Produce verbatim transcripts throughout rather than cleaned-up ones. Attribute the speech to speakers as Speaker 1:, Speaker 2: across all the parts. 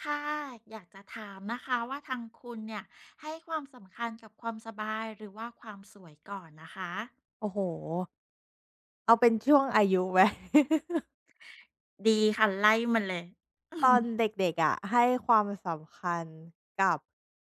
Speaker 1: ค่ะอยากจะถามนะคะว่าทางคุณเนี่ยให้ความสำคัญกับความสบายหรือว่าความสวยก่อนนะคะ
Speaker 2: โอ้โฮเอาเป็นช่วงอายุไหม
Speaker 1: ดีค่ะไล่มาเลย
Speaker 2: ต อนเด็กๆอะให้ความสำคัญกับ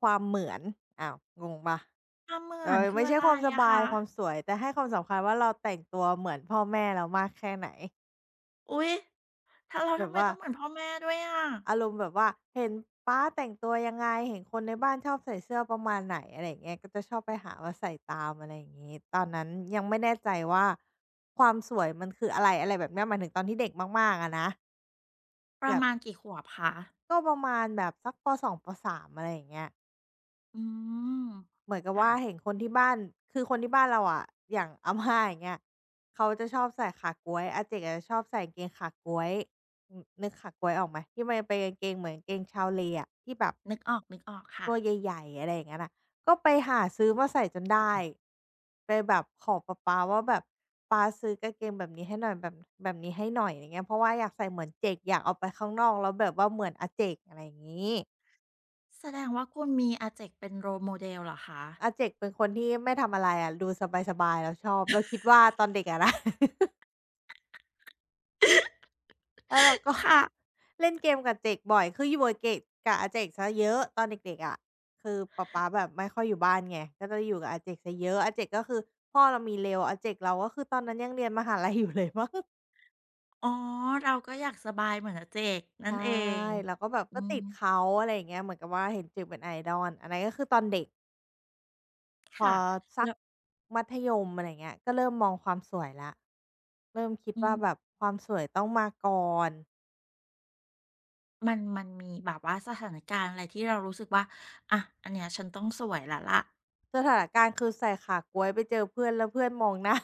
Speaker 2: ความเหมือนอ้าวงงเปล่า
Speaker 1: ความเหมื
Speaker 2: เอ
Speaker 1: อน
Speaker 2: อ
Speaker 1: คือ
Speaker 2: ไม่
Speaker 1: อะ
Speaker 2: ใช่
Speaker 1: ไร
Speaker 2: ความส
Speaker 1: อะ
Speaker 2: บาย
Speaker 1: คะ
Speaker 2: ความสวยแต่ให้ความสำคัญว่าเราแต่งตัวเหมือนพ่อแม่เรามากแค่ไหน
Speaker 1: อุ๊ยถ้าแล้ว
Speaker 2: แบ
Speaker 1: ทำ
Speaker 2: บ
Speaker 1: ไม
Speaker 2: ว่า
Speaker 1: ต้องเหมือนพ่อแม่ด้วยอะ
Speaker 2: อารมณ์แบบว่าเห็นป๊าแต่งตัวยังไงเห็นคนในบ้านชอบใส่เสื้อประมาณไหนอะไรอย่างเงี้ยก็จะชอบไปหามาใส่ตามอะไรอย่างงี้ตอนนั้นยังไม่แน่ใจว่าความสวยมันคืออะไรอะไรแบบเนี้ยหมายถึงตอนที่เด็กมากๆอะนะ
Speaker 1: ป
Speaker 2: แบ
Speaker 1: ระ
Speaker 2: บ
Speaker 1: มาณกี่ขวบคะ
Speaker 2: ก็ประมาณแบบสักปสองปสามอะไรอย่างเงี้ย
Speaker 1: อืม
Speaker 2: เหมือนกับ
Speaker 1: ค่ะ
Speaker 2: ว่าเห็นคนที่บ้านคือคนที่บ้านเราอะอย่าง อาม่าอย่างเงี้ยเขาจะชอบใส่ขาก๊วยอาเจกอะจะชอบใส่กางเกงขาก๊วยอือนึกขาก๊วยออกไหมที่มันเป็นกางเกงเหมือนกางเกงชาวเลอะที่แบบ
Speaker 1: นึกออกนึกออกค่ะ
Speaker 2: ตัวใหญ่ๆอะไรอย่างนั้นน่ะก็ไปหาซื้อมาใส่จนได้ไปแบบขอป๊าป๊าว่าแบบป๊าซื้อกางเกงแบบนี้ให้หน่อยแบบแบบนี้ให้หน่อยอย่างเงี้ยเพราะว่าอยากใส่เหมือนเจกอยากออกไปข้างนอกแล้วแบบว่าเหมือนอาเจกอะไรอย่างงี้
Speaker 1: แสดงว่าคุณมีอาเจกเป็นโร แอล อี โมเดล เดลเหรอคะ
Speaker 2: อาเจกเป็นคนที่ไม่ทำอะไรอะดูสบายๆเราชอบเราคิดว่าตอนเด็กอะนะ แล้วเรา ก็
Speaker 1: ค่ะ
Speaker 2: เล่นเกมกับเจกบ่อยคืออยู่กับเกกกับอาเจกเสียเยอะตอนเด็กๆอะคือป๊าป๊าแบบไม่ค่อยอยู่บ้านไงก็จะอยู่กับอาเจกเสียเยอะอาเจกก็คือพ่อเรามีเลย์อาเจกเราก็คือตอนนั้นยังเรียนมหาลัยอยู่เลยมั้ง
Speaker 1: อ๋อเราก็อยากสบายเหมือนอาเจกนั่น
Speaker 2: ใช่
Speaker 1: เอง
Speaker 2: เราก็แบบ
Speaker 1: อื
Speaker 2: ก็
Speaker 1: ม
Speaker 2: ติดเขาอะไรอย่างเงี้ยเหมือนกับว่าเห็นเจกเป็น idol อันนั้นก็คือตอนเด็ก พอ
Speaker 1: ค่ะ
Speaker 2: สัก
Speaker 1: แล้ว
Speaker 2: มัธยมอะไรเงี้ยก็เริ่มมองความสวยแล้วเริ่มคิด
Speaker 1: อืม
Speaker 2: ว่าแบบความสวยต้องมาก่อน
Speaker 1: มันมันมีแบบว่าสถานการณ์อะไรที่เรารู้สึกว่าอะอันเนี้ยฉันต้องสวยแล้วล่ะ
Speaker 2: สถานการณ์คือใส่ขาก๊วยไปเจอเพื่อนแล้วเพื่อนมองหน้า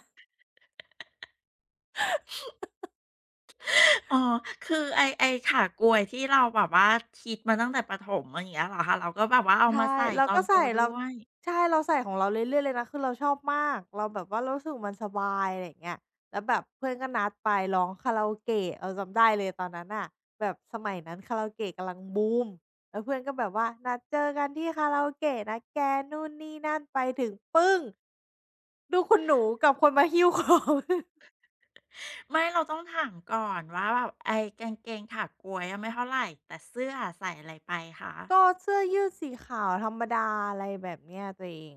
Speaker 1: อ๋อคือไอ้ไอ้ขากรวยที่เราแบบว่าคิดมาตั้งแต่ประถมอย่างเงี้ยเหรอคะเราก็แบบว่าเอามา
Speaker 2: ใช่
Speaker 1: ใส่
Speaker 2: เรา
Speaker 1: ตอน
Speaker 2: ก็
Speaker 1: โต
Speaker 2: ใส่
Speaker 1: ด้
Speaker 2: เรา
Speaker 1: วย
Speaker 2: ใช่เราใส่ของเราเรื่อยๆเลยนะคือเราชอบมากเราแบบว่าเรารู้สึกมันสบายอะไรอย่างเงี้ยแล้วแบบเพื่อนก็นัดไปร้องคาราโอเกะเราจำได้เลยตอนนั้นน่ะแบบสมัยนั้นคาราโอเกะกำลังบูมแล้วเพื่อนก็แบบว่านัดเจอกันที่คาราโอเกะนะแกนู่นนี่นั่นไปถึงปึ้งดูคุณหนูกับคนมาหิ้วของ
Speaker 1: ไม่เราต้องถามก่อนว่าแบบไอ้กางเกงขากรวยอะไม่เท่าไรแต่เสื้ออะใส่อะไรไปคะ
Speaker 2: ก็เสื้อยืดสีขาวธรรมดาอะไรแบบเนี้ยตัวเอง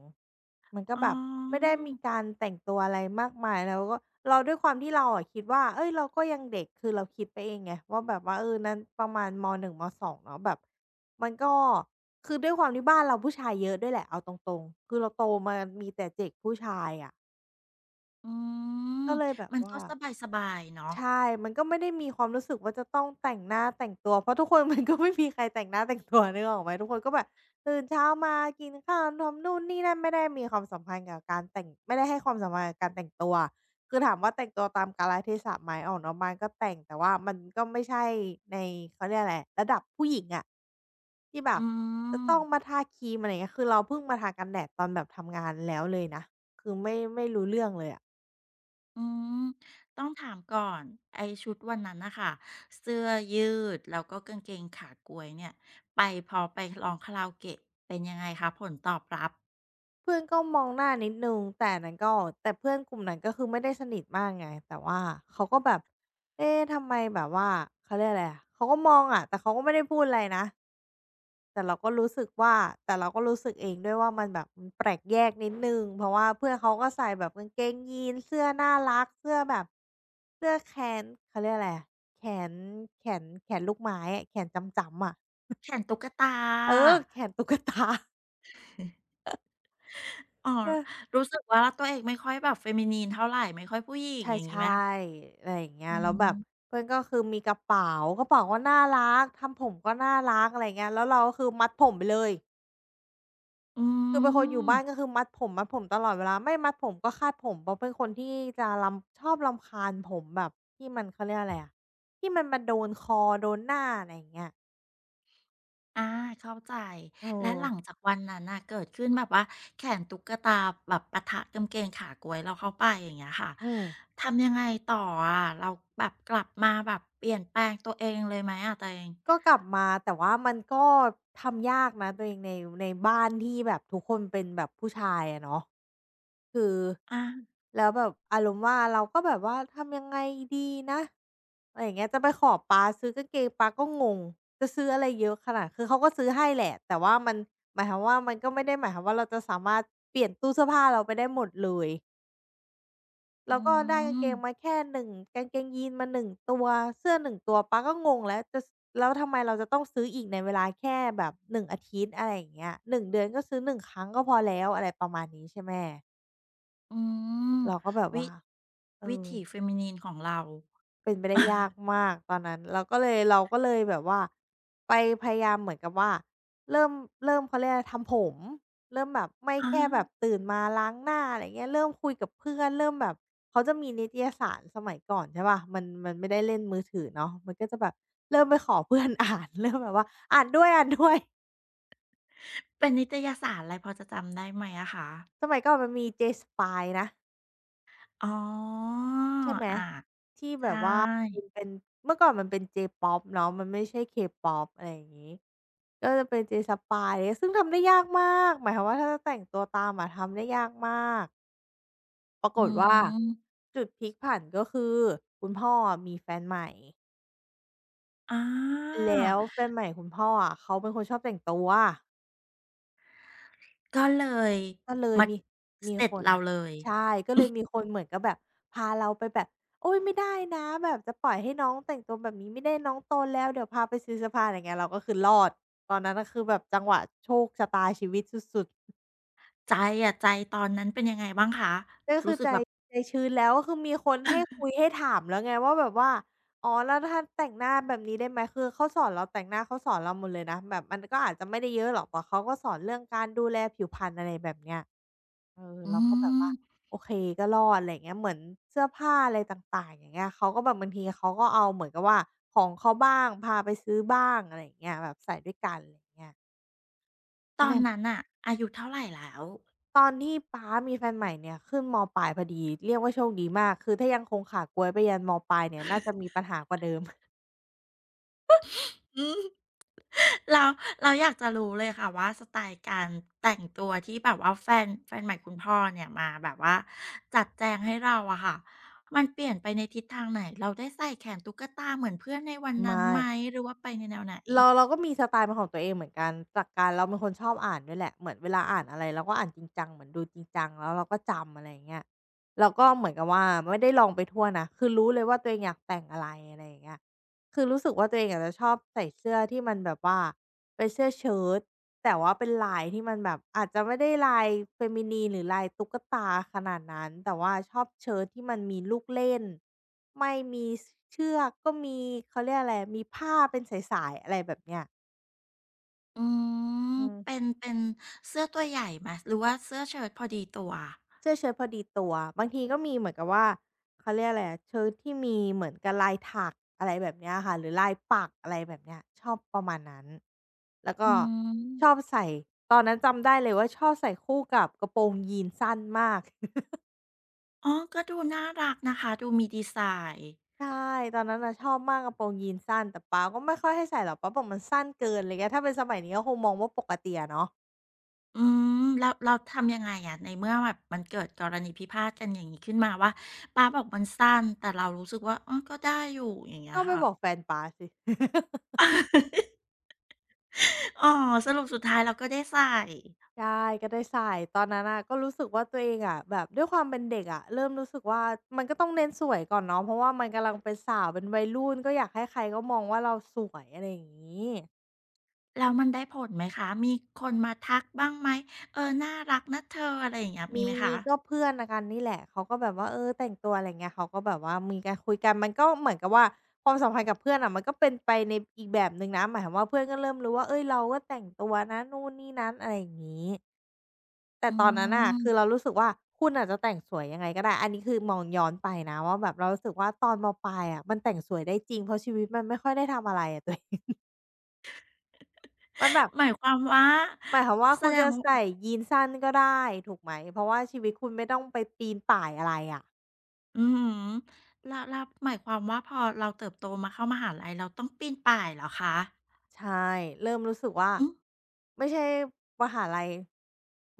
Speaker 2: มันก็
Speaker 1: อ๋
Speaker 2: แบบไม่ได้
Speaker 1: อ
Speaker 2: มีการแต่งตัวอะไรมากมายแล้วก็เราด้วยความที่เราอะคิดว่าเฮ้ยเราก็ยังเด็กคือเราคิดไปเองไงว่าแบบว่าเออนั้นประมาณมหนึ่งมสองเนาะแบบมันก็คือด้วยความที่บ้านเราผู้ชายเยอะด้วยแหละเอาตรงๆคือเราโตมามีแต่เด็กผู้ชายอะ
Speaker 1: อืม
Speaker 2: ก็เลยแบบ
Speaker 1: มันก็
Speaker 2: ว่า
Speaker 1: สบายๆเนาะ
Speaker 2: ใช่มันก็ไม่ได้มีความรู้สึกว่าจะต้องแต่งหน้าแต่งตัว เพราะทุกคน มันก็ไม่มีใครแต่งหน้าแต่งตัวนึกออกไหมทุกคนก็แบบตื่นเช้ามากินข้าวทำนู่นนี่นั่นไม่ได้มีความสัมพันธ์กับการแต่งไม่ได้ให้ความสำคัญกับการแต่งตัวคือถามว่าแต่งตัวตามกาลเทศะไหมออกนอกบ้านก็แต่งแต่ว่ามันก็ไม่ใช่ในเขาเรียกอะไรระดับผู้หญิงอะที่แบ
Speaker 1: อื
Speaker 2: บจะ
Speaker 1: ม
Speaker 2: ต้องมาทาครีมอะไรอย่างเงี้ยคือเราเพิ่งมาทากันแดดตอนแบบทำงานแล้วเลยนะคือไม่ไม่รู้เรื่องเลยอะ
Speaker 1: อืมต้องถามก่อนไอชุดวันนั้นนะคะเสื้อยืดแล้วก็กางเกงขากกวยเนี่ยไปพอไปร้องคาราโอเกะเป็นยังไงคะผลตอบรับ
Speaker 2: เพื่อนก็มองหน้านิดหนึ่งแต่นั้นก็แต่เพื่อนกลุ่มนั้นก็คือไม่ได้สนิทมากไงแต่ว่าเขาก็แบบเอ๊ะทำไมแบบว่าเขาเรียกอะไรอะเขาก็มองอะแต่เขาก็ไม่ได้พูดอะไรนะแต่เราก็รู้สึกว่าแต่เราก็รู้สึกเองด้วยว่ามันแบบมันแปลกแยกนิดนึงเพราะว่าเพื่อนเขาก็ใส่แบบกางเกงยีนเสื้อน่ารักเสื้อแบบเสื้อแขนเขาเรียกอะไรอะแขนแขนแขนลูกไม้อะแขนจำๆอะ
Speaker 1: แขนตุ๊กตา
Speaker 2: เออแขนตุ๊กตา
Speaker 1: อ๋อ รู้สึกว่าตัวเองไม่ค่อยแบบเฟมินีนเท่าไรไม่ค่อยผู้หญิง
Speaker 2: ใช
Speaker 1: อย่างงี้ไหม
Speaker 2: ่
Speaker 1: คะ
Speaker 2: ๆอะไรอย่างเงี้ย
Speaker 1: อื
Speaker 2: แล้วแบบ
Speaker 1: ม
Speaker 2: เพื่อนก็คือมีกระเป๋ากระเป๋าก็น่ารักทำผมก็น่ารักอะไรอย่างเงี้ยแล้วเราก็คือมัดผมไปเลย
Speaker 1: อื
Speaker 2: คือเป็นคนอยู่บ้าน
Speaker 1: ม
Speaker 2: ก็คือมัดผมมัดผมตลอดเวลาไม่มัดผมก็คาดผมเพราะเป็นคนที่จะรำชอบรำคาญผมแบบที่มันเขาเรียกอะไรอะที่มันมาโดนคอโดนหน้าอะไรอย่างเงี้ย
Speaker 1: อาเข้าใจ
Speaker 2: เอ
Speaker 1: แล้วหลัง
Speaker 2: อ
Speaker 1: จากวันนั้นน่ะเกิดขึ้นแบบว่าแขนตุ๊กตาแบบปะทะกางเกงขาก๊วยเราเข้าไปอย่างเงี้ยค่ะ
Speaker 2: อืม
Speaker 1: ทำยังไงต่ออะเราแบบกลับมาแบบเปลี่ยนแปลงตัวเองเลยไหมอะตัวเอง
Speaker 2: ก็กลับมาแต่ว่ามันก็ทำยากนะตัวเองในในบ้านที่แบบทุกคนเป็นแบบผู้ชายอะเนาะคือ
Speaker 1: อา
Speaker 2: แล้วแบบอารมณ์ว่าเราก็แบบว่าทำยังไงดีนะอะไรอย่างเงี้ยจะไปขอป๊าซื้อกางเกงป๊าก็งงจะซื้ออะไรเยอะขนาดคือเขาก็ซื้อให้แหละแต่ว่ามันหมายความว่ามันก็ไม่ได้หมายความว่าเราจะสามารถเปลี่ยนตู้เสื้อผ้าเราไปได้หมดเลย
Speaker 1: อื
Speaker 2: แล้วก็ได้กางเก
Speaker 1: ม
Speaker 2: งมาแค่หนึ่งกางเกงยีนส์มาหนึ่งตัวเสื้อหนหนึ่งตัวป๊าก็งงแล้วจะสแล้วทำไมเราจะต้องซื้ออีกในเวลาแค่แบบหนึ่งอาทิตย์อะไรอย่างเงี้ยหนึ่งเดือนก็ซื้อหนึ่งครั้งก็พอแล้วอะไรประมาณนี้ใช่ไหม
Speaker 1: อืม
Speaker 2: เราก็แบบ
Speaker 1: วิ
Speaker 2: ว่าเอ
Speaker 1: วิ
Speaker 2: อ
Speaker 1: ถี เฟมินิน ของเรา
Speaker 2: เป็นไปได้ยาก มากตอนนั้นเราก็เลยเราก็เลยแบบว่าไปพยายามเหมือนกับว่าเริ่มเริ่มเขาเรียกอะไรทำผมเริ่มแบบไม่
Speaker 1: อา
Speaker 2: แค่แบบตื่นมาล้างหน้าอะไรเงี้ยเริ่มคุยกับเพื่อนเริ่มแบบเขาจะมีนิตยสารสมัยก่อนใช่เปล่ามันมันไม่ได้เล่นมือถือเนาะมันก็จะแบบเริ่มไปขอเพื่อน อ่านเริ่มแบบว่าอ่านด้วยๆ
Speaker 1: เป็นนิตยสารอะไรพอจะจำได้ไหมอะคะ
Speaker 2: สมัยก่อนมันมี J-Spy นะ
Speaker 1: อ๋อ
Speaker 2: ใช่ไหม
Speaker 1: อา
Speaker 2: ที่
Speaker 1: ใช
Speaker 2: แบบว่ามัน
Speaker 1: ่
Speaker 2: เป็นเมื่อก่อนมันเป็น J-pop เนาะมันไม่ใช่ K-pop อะไรอย่างงี้ก็จะเป็น J-Spy ซึ่งทำได้ยากมากหมายความว่าถ้าจะแต่งตัวตามอะทำได้ยากมากปรา
Speaker 1: อื
Speaker 2: กฏว่า
Speaker 1: ม
Speaker 2: จุดพลิกผันก็คือคุณพ่ออะมีแฟนใหม่
Speaker 1: อา
Speaker 2: แล้วแฟนใหม่คุณพ่ออะเขาเป็นคนชอบแต่งตัว
Speaker 1: ก็เลย
Speaker 2: ก็เลย
Speaker 1: มา
Speaker 2: มีมี
Speaker 1: เสร็จ
Speaker 2: คน
Speaker 1: เราเลย
Speaker 2: ใช่ก็เลยมีคนเหมือนกับแบบพาเราไปแบบโอ๊ยไม่ได้นะแบบจะปล่อยให้น้องแต่งตัวแบบนี้ไม่ได้น้องโตแล้วเดี๋ยวพาไปซื้อเสื้อผ้าอะไรอย่างเงี้ยเราก็คือรอดตอนนั้นน่ะคือแบบจังหวะโชคชะตาชีวิตสุดๆ
Speaker 1: ใจอะใจตอนนั้นเป็นยังไงบ้างคะ
Speaker 2: ก็คื
Speaker 1: รู้
Speaker 2: อ
Speaker 1: สึก
Speaker 2: ใจ
Speaker 1: แบบ
Speaker 2: ใจชื้นแล้วก็คือมีคนให้คุย ให้ถามแล้วไงว่าแบบว่าอ๋อแล้วถ้าแต่งหน้าแบบนี้ได้ไหมคือเขาสอนเราแต่งหน้าเขาสอนเราหมดเลยนะแบบมันก็อาจจะไม่ได้เยอะหรอกแต่เขาก็สอนเรื่องการดูแลผิวพรรณอะไรแบบเนี้ยเออ
Speaker 1: อื
Speaker 2: เราก็แบบ
Speaker 1: ม
Speaker 2: ว่าโอเคก็รอดอะไรอย่างเงี้ยเหมือนเสื้อผ้าอะไรต่างๆอย่างเงี้ยเขาก็แบบบางทีเขาก็เอาเหมือนกับว่าของเขาบ้างพาไปซื้อบ้างอะไรอย่างเงี้ยแบบใส่ด้วยกันอะไรอย่างเงี้ย
Speaker 1: ต
Speaker 2: ก็
Speaker 1: อ
Speaker 2: เล
Speaker 1: น
Speaker 2: ย
Speaker 1: นั้นน่ะอายุเท่าไรแล้ว
Speaker 2: ตอนที่ป๊ามีแฟนใหม่ เนี่ย ขึ้นมปลายพอดี เรียกว่าโชคดีมาก คือถ้ายังคงขากก๊วยไปยันมปลาย เนี่ย น่าจะมีปัญหากว่าเดิม
Speaker 1: อืม เราเราอยากจะรู้เลยค่ะว่าสไตล์การแต่งตัวที่แบบว่าแฟนแฟนใหม่คุณพ่อเนี่ยมาแบบว่าจัดแจงให้เราอะค่ะมันเปลี่ยนไปในทิศทางไหนเราได้ใส่แขนตุ๊กตาเหมือนเพื่อนในวันนั้น
Speaker 2: ไม่
Speaker 1: ไหมหรือว่าไปในแนวไหน
Speaker 2: เราเราก็มีสไตล์เป็นของตัวเองเหมือนกันจากการเราเป็นคนชอบอ่านด้วยแหละเหมือนเวลาอ่านอะไรเราก็อ่านจริงจังเหมือนดูจริงจังแล้วเราก็จำอะไรอย่างเงี้ยเราก็เหมือนกับว่าไม่ได้ลองไปทั่วนะ คือรู้เลยว่าตัวเองอยากแต่งอะไรอะไรอย่างเงี้ยคือรู้สึกว่าตัวเองอาจจะชอบใส่เสื้อที่มันแบบว่าเป็นเสื้อเชิ้ตแต่ว่าเป็นลายที่มันแบบอาจจะไม่ได้ลาย Feminine หรือลายตุ๊กตาขนาดนั้นแต่ว่าชอบเชิ้ตที่มันมีลูกเล่น ไม่มีเชือกก็มีเขาเรียกอะไรมีผ้าเป็นสายๆอะไรแบบเนี้ย
Speaker 1: อืม
Speaker 2: อื
Speaker 1: เป็น
Speaker 2: ม
Speaker 1: เป็นเสื้อตัวใหญ่ไหมหรือว่าเสื้อเชิ้ตพอดีตัว
Speaker 2: เสื้อเชิ้ตพอดีตัวบางทีก็มีเหมือนกับว่าเขาเรียกอะไรอะเชิ้ตที่มีเหมือนกับลายถักอะไรแบบเนี้ยค่ะหรือลายปักอะไรแบบเนี้ยชอบประมาณนั้นแล้ว
Speaker 1: อื
Speaker 2: ก็
Speaker 1: ม
Speaker 2: ชอบใส่ตอนนั้นจำได้เลยว่าชอบใส่คู่กับกระโปรงยีนส์สั้นมาก
Speaker 1: อ๋อก็ดูน่ารักนะคะดูมีดีไซน์
Speaker 2: ใช่ตอนนั้นน่ะชอบมากกระโปรงยีนส์สั้นแต่ป๊าก็ไม่ค่อยให้ใส่หรอกป๊าบอกมันสั้นเกินอะไรเงี้ยถ้าเป็นสมัยนี้ก็คงมองว่าปกติอะเนาะ
Speaker 1: อืมแล้วแล้วทำยังไงอะในเมื่อแบบมันเกิดกรณีพิพาทกันอย่างงี้ขึ้นมาว่าป๊าบอกมันสั้นแต่เรารู้สึกว่าเออก็ได้อยู่อย่างเงี้ย
Speaker 2: ต้องไป
Speaker 1: ค่ะ
Speaker 2: บอกแฟนป๊าสิ
Speaker 1: อ๋อสรุปสุดท้ายเราก็ได้ใส่
Speaker 2: ใช่ก็ได้ใส่ตอนนั้นน่ะก็รู้สึกว่าตัวเองอะแบบด้วยความเป็นเด็กอะเริ่มรู้สึกว่ามันก็ต้องเน้นสวยก่อนเนาะเพราะว่ามันกำลังเป็นสาวเป็นวัยรุ่นก็อยากให้ใครก็มองว่าเราสวยอะไรอย่างนี้
Speaker 1: แล้วมันได้ผลไหมคะมีคนมาทักบ้างไหมเออน่ารักนะเธออะไรอย่างเงี้ยมี
Speaker 2: มี
Speaker 1: ไหมคะ
Speaker 2: มีก็เพื่อนนะกันนี่แหละเขาก็แบบว่าเออแต่งตัวอะไรเงี้ยเขาก็แบบว่ามีการคุยกันมันก็เหมือนกับว่าความสัมพันธ์กับเพื่อนอะมันก็เป็นไปในอีกแบบหนึ่งนะหมายความว่าเพื่อนก็เริ่มรู้ว่าเอ้ยเราก็แต่งตัวนะนู่นนี่นั้นอะไรอย่างนี้ แต่
Speaker 1: อื
Speaker 2: ตอนนั้นน่ะ
Speaker 1: ม
Speaker 2: คือเรารู้สึกว่าคุณอาจจะแต่งสวยยังไงก็ได้อันนี้คือมองย้อนไปนะว่าแบบเรารู้สึกว่าตอนมปลายอะมันแต่งสวยได้จริงเพราะชีวิตมันไม่ค่อยได้ทำอะไรอะตัวเอง มันแบบ
Speaker 1: หมายความว่า
Speaker 2: หมายความว่า
Speaker 1: แส
Speaker 2: คุณ
Speaker 1: ดง
Speaker 2: จะใส่
Speaker 1: อ
Speaker 2: ยีนส์สั้นก็ได้ถูกไหมเพราะว่าชีวิตคุณไม่ต้องไปปีนป่ายอะไรอะ
Speaker 1: อือฮึแล้วแล้วหมายความว่าพอเราเติบโตมาเข้ามหาลัยเราต้องปีนป่ายเหรอคะ
Speaker 2: ใช่เริ่มรู้สึกว่า
Speaker 1: อืม
Speaker 2: ไม่ใช่มหาลัย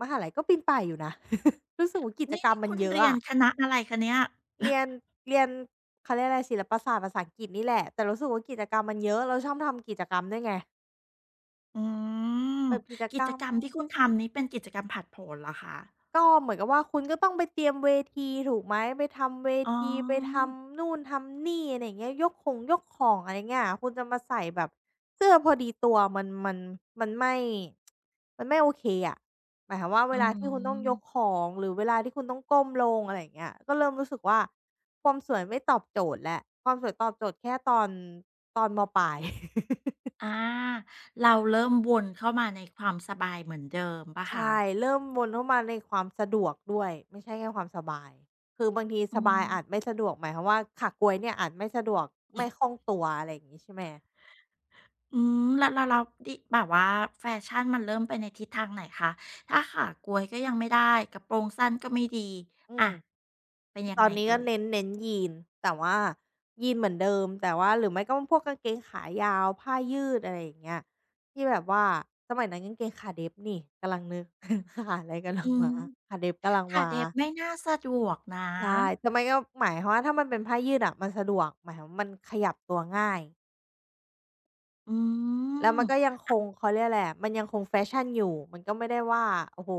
Speaker 2: มหาลัยก็ปีนป่ายอยู่นะ รู้สึกว่ากิจ
Speaker 1: นี่
Speaker 2: กรรม
Speaker 1: นี่
Speaker 2: มัน
Speaker 1: คุณ
Speaker 2: เยอะ
Speaker 1: เรียน
Speaker 2: อะ
Speaker 1: คณะอะไรคะเนี่ย
Speaker 2: เรียนเรียนเขาเรียกอะไรศิลปศาสตร์ภาษาอังกฤษนี่แหละแต่รู้สึกว่ากิจกรรมมันเยอะเราชอบทำกิจกรรมด้วยไง
Speaker 1: อืม
Speaker 2: แบบกิจ
Speaker 1: กิ
Speaker 2: กร
Speaker 1: จ
Speaker 2: รม
Speaker 1: กรรมที่คุณทำนี้เป็นกิจกรรมผลัดโผนเหรอคะ
Speaker 2: ก็เหมือนกับว่าคุณก็ต้องไปเตรียมเวทีถูกไหมไปทำเว
Speaker 1: อ๋อ
Speaker 2: ทีไปทำนู่นทำนี่อะไรอย่างเงี้ยยกของยกของอะไรเงี้ยคุณจะมาใส่แบบเสื้อพอดีตัวมันมันมันไม่มันไม่โอเคอะหมายความว่า
Speaker 1: อื
Speaker 2: เวลาที่คุณต้องยก
Speaker 1: ม
Speaker 2: ของหรือเวลาที่คุณต้องก้มลงอะไรอย่างเงี้ยก็เริ่มรู้สึกว่าความสวยไม่ตอบโจทย์แล้วความสวยตอบโจทย์แค่ตอนตอนมปลาย
Speaker 1: อาเราเริ่มวนเข้ามาในความสบายเหมือนเดิมเปล่าคะ
Speaker 2: ใช่เริ่มวนเข้ามาในความสะดวกด้วยไม่ใช่แค่ความสบายคือบางที
Speaker 1: อื
Speaker 2: สบายอาจ
Speaker 1: ม
Speaker 2: ไม่สะดวกหมายความว่าขาก๊วยเนี่ยอาจไม่สะดวกไม่คล่องตัวอะไรอย่างงี้ใช่ไหม
Speaker 1: อืมแล้วแล้วแล้วดิแบบว่าแฟชั่นมันเริ่มไปในทิศทางไหนคะถ้าขากก๊วยก็ยังไม่ได้กระโปรงสั้นก็ไม่ดี
Speaker 2: อื
Speaker 1: อะ
Speaker 2: ม
Speaker 1: เป็นยั
Speaker 2: ต
Speaker 1: ง
Speaker 2: อ
Speaker 1: ไง
Speaker 2: นนี้ก็
Speaker 1: เอ่ย
Speaker 2: เน้นเน้นยีนส์แต่ว่ายีนส์เหมือนเดิมแต่ว่าหรือไม่ก็พวกกางเกงขายาวผ้ายืดอะไรอย่างเงี้ยที่แบบว่าสมัยนั้นกางเกงขาเดฟนี่กำลังนึก ขาอะไรกำลัง
Speaker 1: อื
Speaker 2: มา
Speaker 1: ม
Speaker 2: ขาเดฟกำลัง
Speaker 1: ขา
Speaker 2: มา
Speaker 1: เดฟไม่น่าสะดวกนะ
Speaker 2: ใช่แต่มันก็หมายความว่าถ้ามันเป็นผ้ายืดอะมันสะดวกหมายความว่ามันขยับตัวง่าย
Speaker 1: อื
Speaker 2: แล้ว
Speaker 1: ม
Speaker 2: มันก็ยังคงเขาเรียกอะไรอะมันยังคงแฟชั่นอยู่มันก็ไม่ได้ว่าโอ้โฮ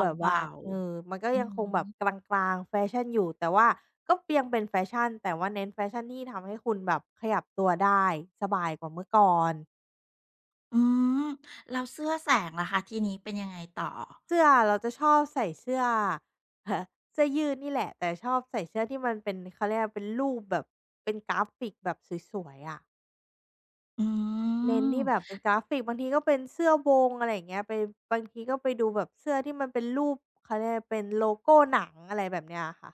Speaker 2: แบบว่า
Speaker 1: บา
Speaker 2: เออมันก็
Speaker 1: ๆอื
Speaker 2: ยังคงแบ
Speaker 1: ม
Speaker 2: บกลางๆแฟชั่นอยู่แต่ว่าก็เปียังเป็นแฟชั่นแต่ว่าเน้นแฟชั่นที่ทำให้คุณแบบขยับตัวได้สบายกว่าเมื่อก่อน
Speaker 1: อืมแล้วเสื้อแสงล่ะคะทีนี้เป็นยังไงต่อ
Speaker 2: เสื้อเราจะชอบใส่เสื้อ เสื้อยืดนี่แหละแต่ชอบใส่เสื้อที่มันเป็นเขาเรียกว่าเป็นรูปแบบเป็นกราฟิกแบบสวยๆอะ
Speaker 1: อื
Speaker 2: เน้นที่แบบ
Speaker 1: ม
Speaker 2: เป็นกราฟิกบางทีก็เป็นเสื้อวงอะไรอย่างเงี้ยไปบางทีก็ไปดูแบบเสื้อที่มันเป็นรูปเขาเรียกอะไรเป็นโลโก้หนังอะไรแบบเนี้ยอะค่ะ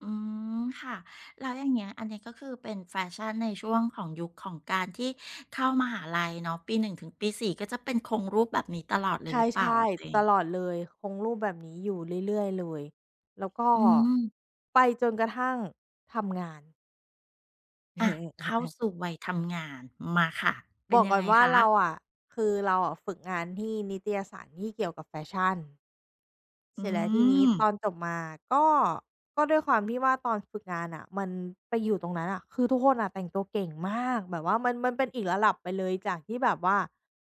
Speaker 1: อืมค่ะแล้วอย่างเงี้ยอันเนี้ยก็คือเป็นแฟชั่นในช่วงของยุคของการที่เข้ามหาลัยเนาะปีหนึ่งถึงปีสี่ก็จะเป็นคงรูปแบบนี้ตลอดเล
Speaker 2: ใ
Speaker 1: ยหรือเปล่า
Speaker 2: ช่
Speaker 1: อ่ะตัวเอ
Speaker 2: ๆต
Speaker 1: ง
Speaker 2: ลอดเลยคงรูปแบบนี้อยู่เรื่อยๆเลยแล้วก็
Speaker 1: อืม
Speaker 2: ไปจนกระทั่งทำงาน
Speaker 1: อ่ะเข้า สู่วัยทำงานมาค่ะ
Speaker 2: บ
Speaker 1: เป็น
Speaker 2: อก
Speaker 1: ยัง
Speaker 2: ก่อ
Speaker 1: ไง
Speaker 2: นว่า
Speaker 1: คะ
Speaker 2: เราอะคือเราอะฝึกงานที่นิตยสารที่เกี่ยวกับแฟชั่น เส
Speaker 1: อื
Speaker 2: ร็จแล้วทีนี้
Speaker 1: ม
Speaker 2: ตอนจบมาก็ก็ด้วยความที่ว่าตอนฝึกงานอะมันไปอยู่ตรงนั้นอะคือทุกคนน่ะแต่งตัวเก่งมากแบบว่ามันมันเป็นอีกระดับไปเลยจากที่แบบว่า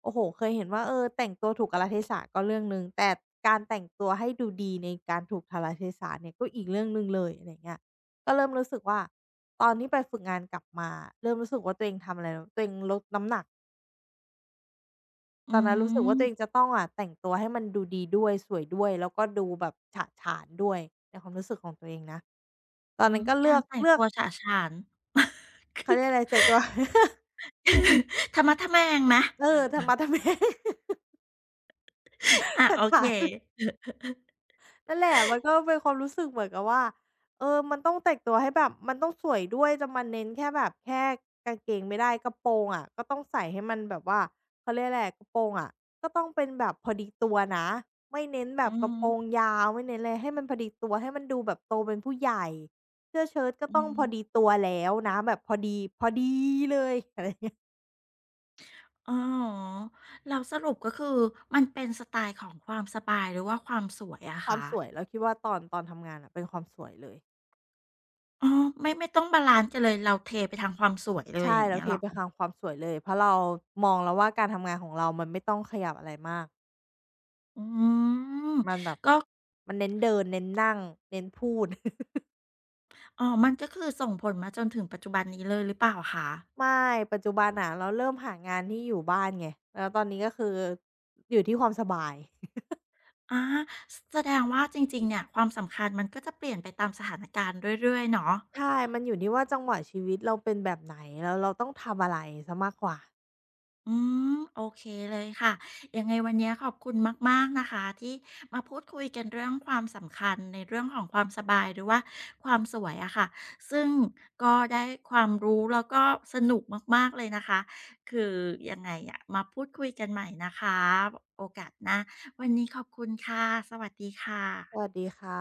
Speaker 2: โอ้โฮเคยเห็นว่าเออแต่งตัวถูกกาลเทศะก็เรื่องหนึ่งแต่การแต่งตัวให้ดูดีในการถูกกาลเทศะเนี่ยก็อีกเรื่องหนึ่งเลยอะไรอย่างเงี้ยก็เริ่มรู้สึกว่าตอนที่ไปฝึกงานกลับมาเริ่มรู้สึกว่าตัวเองทำอะไรตัวเองลดน้ำหนัก
Speaker 1: อื
Speaker 2: ตอนนั้นรู้สึกว่า
Speaker 1: ม
Speaker 2: ตัวเองจะต้องอะแต่งตัวให้มันดูดีด้วยสวยด้วยแล้วก็ดูแบบฉะฉานด้วยในความรู้สึกของตัวเองนะตอน
Speaker 1: อื
Speaker 2: นั้
Speaker 1: ม
Speaker 2: นก็
Speaker 1: กา
Speaker 2: เลื
Speaker 1: ร
Speaker 2: อก
Speaker 1: แต่ง
Speaker 2: เลือ
Speaker 1: ตั
Speaker 2: ก
Speaker 1: วฉะฉาน คื
Speaker 2: เขา
Speaker 1: อ
Speaker 2: เรียกอะไรแต่งตัว
Speaker 1: ทะมัทะแมงไหม
Speaker 2: เออทะม้าทะแม้
Speaker 1: อะ
Speaker 2: ฉะ
Speaker 1: โอเค
Speaker 2: ฉาน นั่นแหละมันก็เป็นความรู้สึกเหมือนกับว่าเออมันต้องแต่งตัวให้แบบมันต้องสวยด้วยจะมาเน้นแค่แบบแค่กางเกงไม่ได้กระโปรงอะก็ต้องใส่ให้มันแบบว่าเขาเรียกอะไรกระโปรงอะก็ต้องเป็นแบบพอดีตัวนะไม่เน้นแบ
Speaker 1: อื
Speaker 2: บกระ
Speaker 1: ม
Speaker 2: โปรงยาวไม่เน้นอะไรให้มันพอดีตัวให้มันดูแบบโตเป็นผู้ใหญ่เสื้อเชิ้ตก็
Speaker 1: อื
Speaker 2: ต้องพอดี
Speaker 1: ม
Speaker 2: ตัวแล้วนะแบบพอดีพอดีเลยอะไรอเงี้ย
Speaker 1: อ๋อแล้วสรุปก็คือมันเป็นสไตล์ของความสบายหรือว่าความสวยอะ
Speaker 2: ความ
Speaker 1: คะ
Speaker 2: สวยเราคิดว่าตอนตอนทำงานอะเป็นความสวยเลย
Speaker 1: อ๋อไม่ไม่ต้องบาลันซ์กันเลยเราเทไปทางความสวยเลยอ
Speaker 2: ใช่
Speaker 1: ย่าง
Speaker 2: เรา
Speaker 1: เงี้ย
Speaker 2: เท
Speaker 1: เหรอ
Speaker 2: ไปทางความสวยเลยเพราะเรามองแล้วว่าการทำงานของเรามันไม่ต้องขยับอะไรมาก
Speaker 1: อืม
Speaker 2: มันแบบมันเน้นเดินเน้นนั่งเน้นพูด
Speaker 1: อ๋อ มันก็คือส่งผลมาจนถึงปัจจุบันนี้เลยหรือเปล่าคะ
Speaker 2: ไม่ปัจจุบันน่ะเราเริ่มหางานที่อยู่บ้านไงแล้วตอนนี้ก็คืออยู่ที่ความสบาย
Speaker 1: อาแสดงว่าจริงๆ เนี่ยความสำคัญมันก็จะเปลี่ยนไปตามสถานการณ์เรื่อยๆเนาะ
Speaker 2: ใช่มันอยู่ที่ว่าจังหวะชีวิตเราเป็นแบบไหนแล้วเราต้องทำอะไรเสียมากกว่า
Speaker 1: อืมโอเคเลยค่ะยังไงวันนี้ขอบคุณมากๆนะคะที่มาพูดคุยกันเรื่องความสำคัญในเรื่องของความสบายหรือว่าความสวยอะค่ะซึ่งก็ได้ความรู้แล้วก็สนุกมากๆเลยนะคะคือยังไงอะมาพูดคุยกันใหม่นะคะโอกาสหน้าวันนี้ขอบคุณค่ะสวัสดีค
Speaker 2: ส
Speaker 1: ่ะ
Speaker 2: วัสดีค่ะ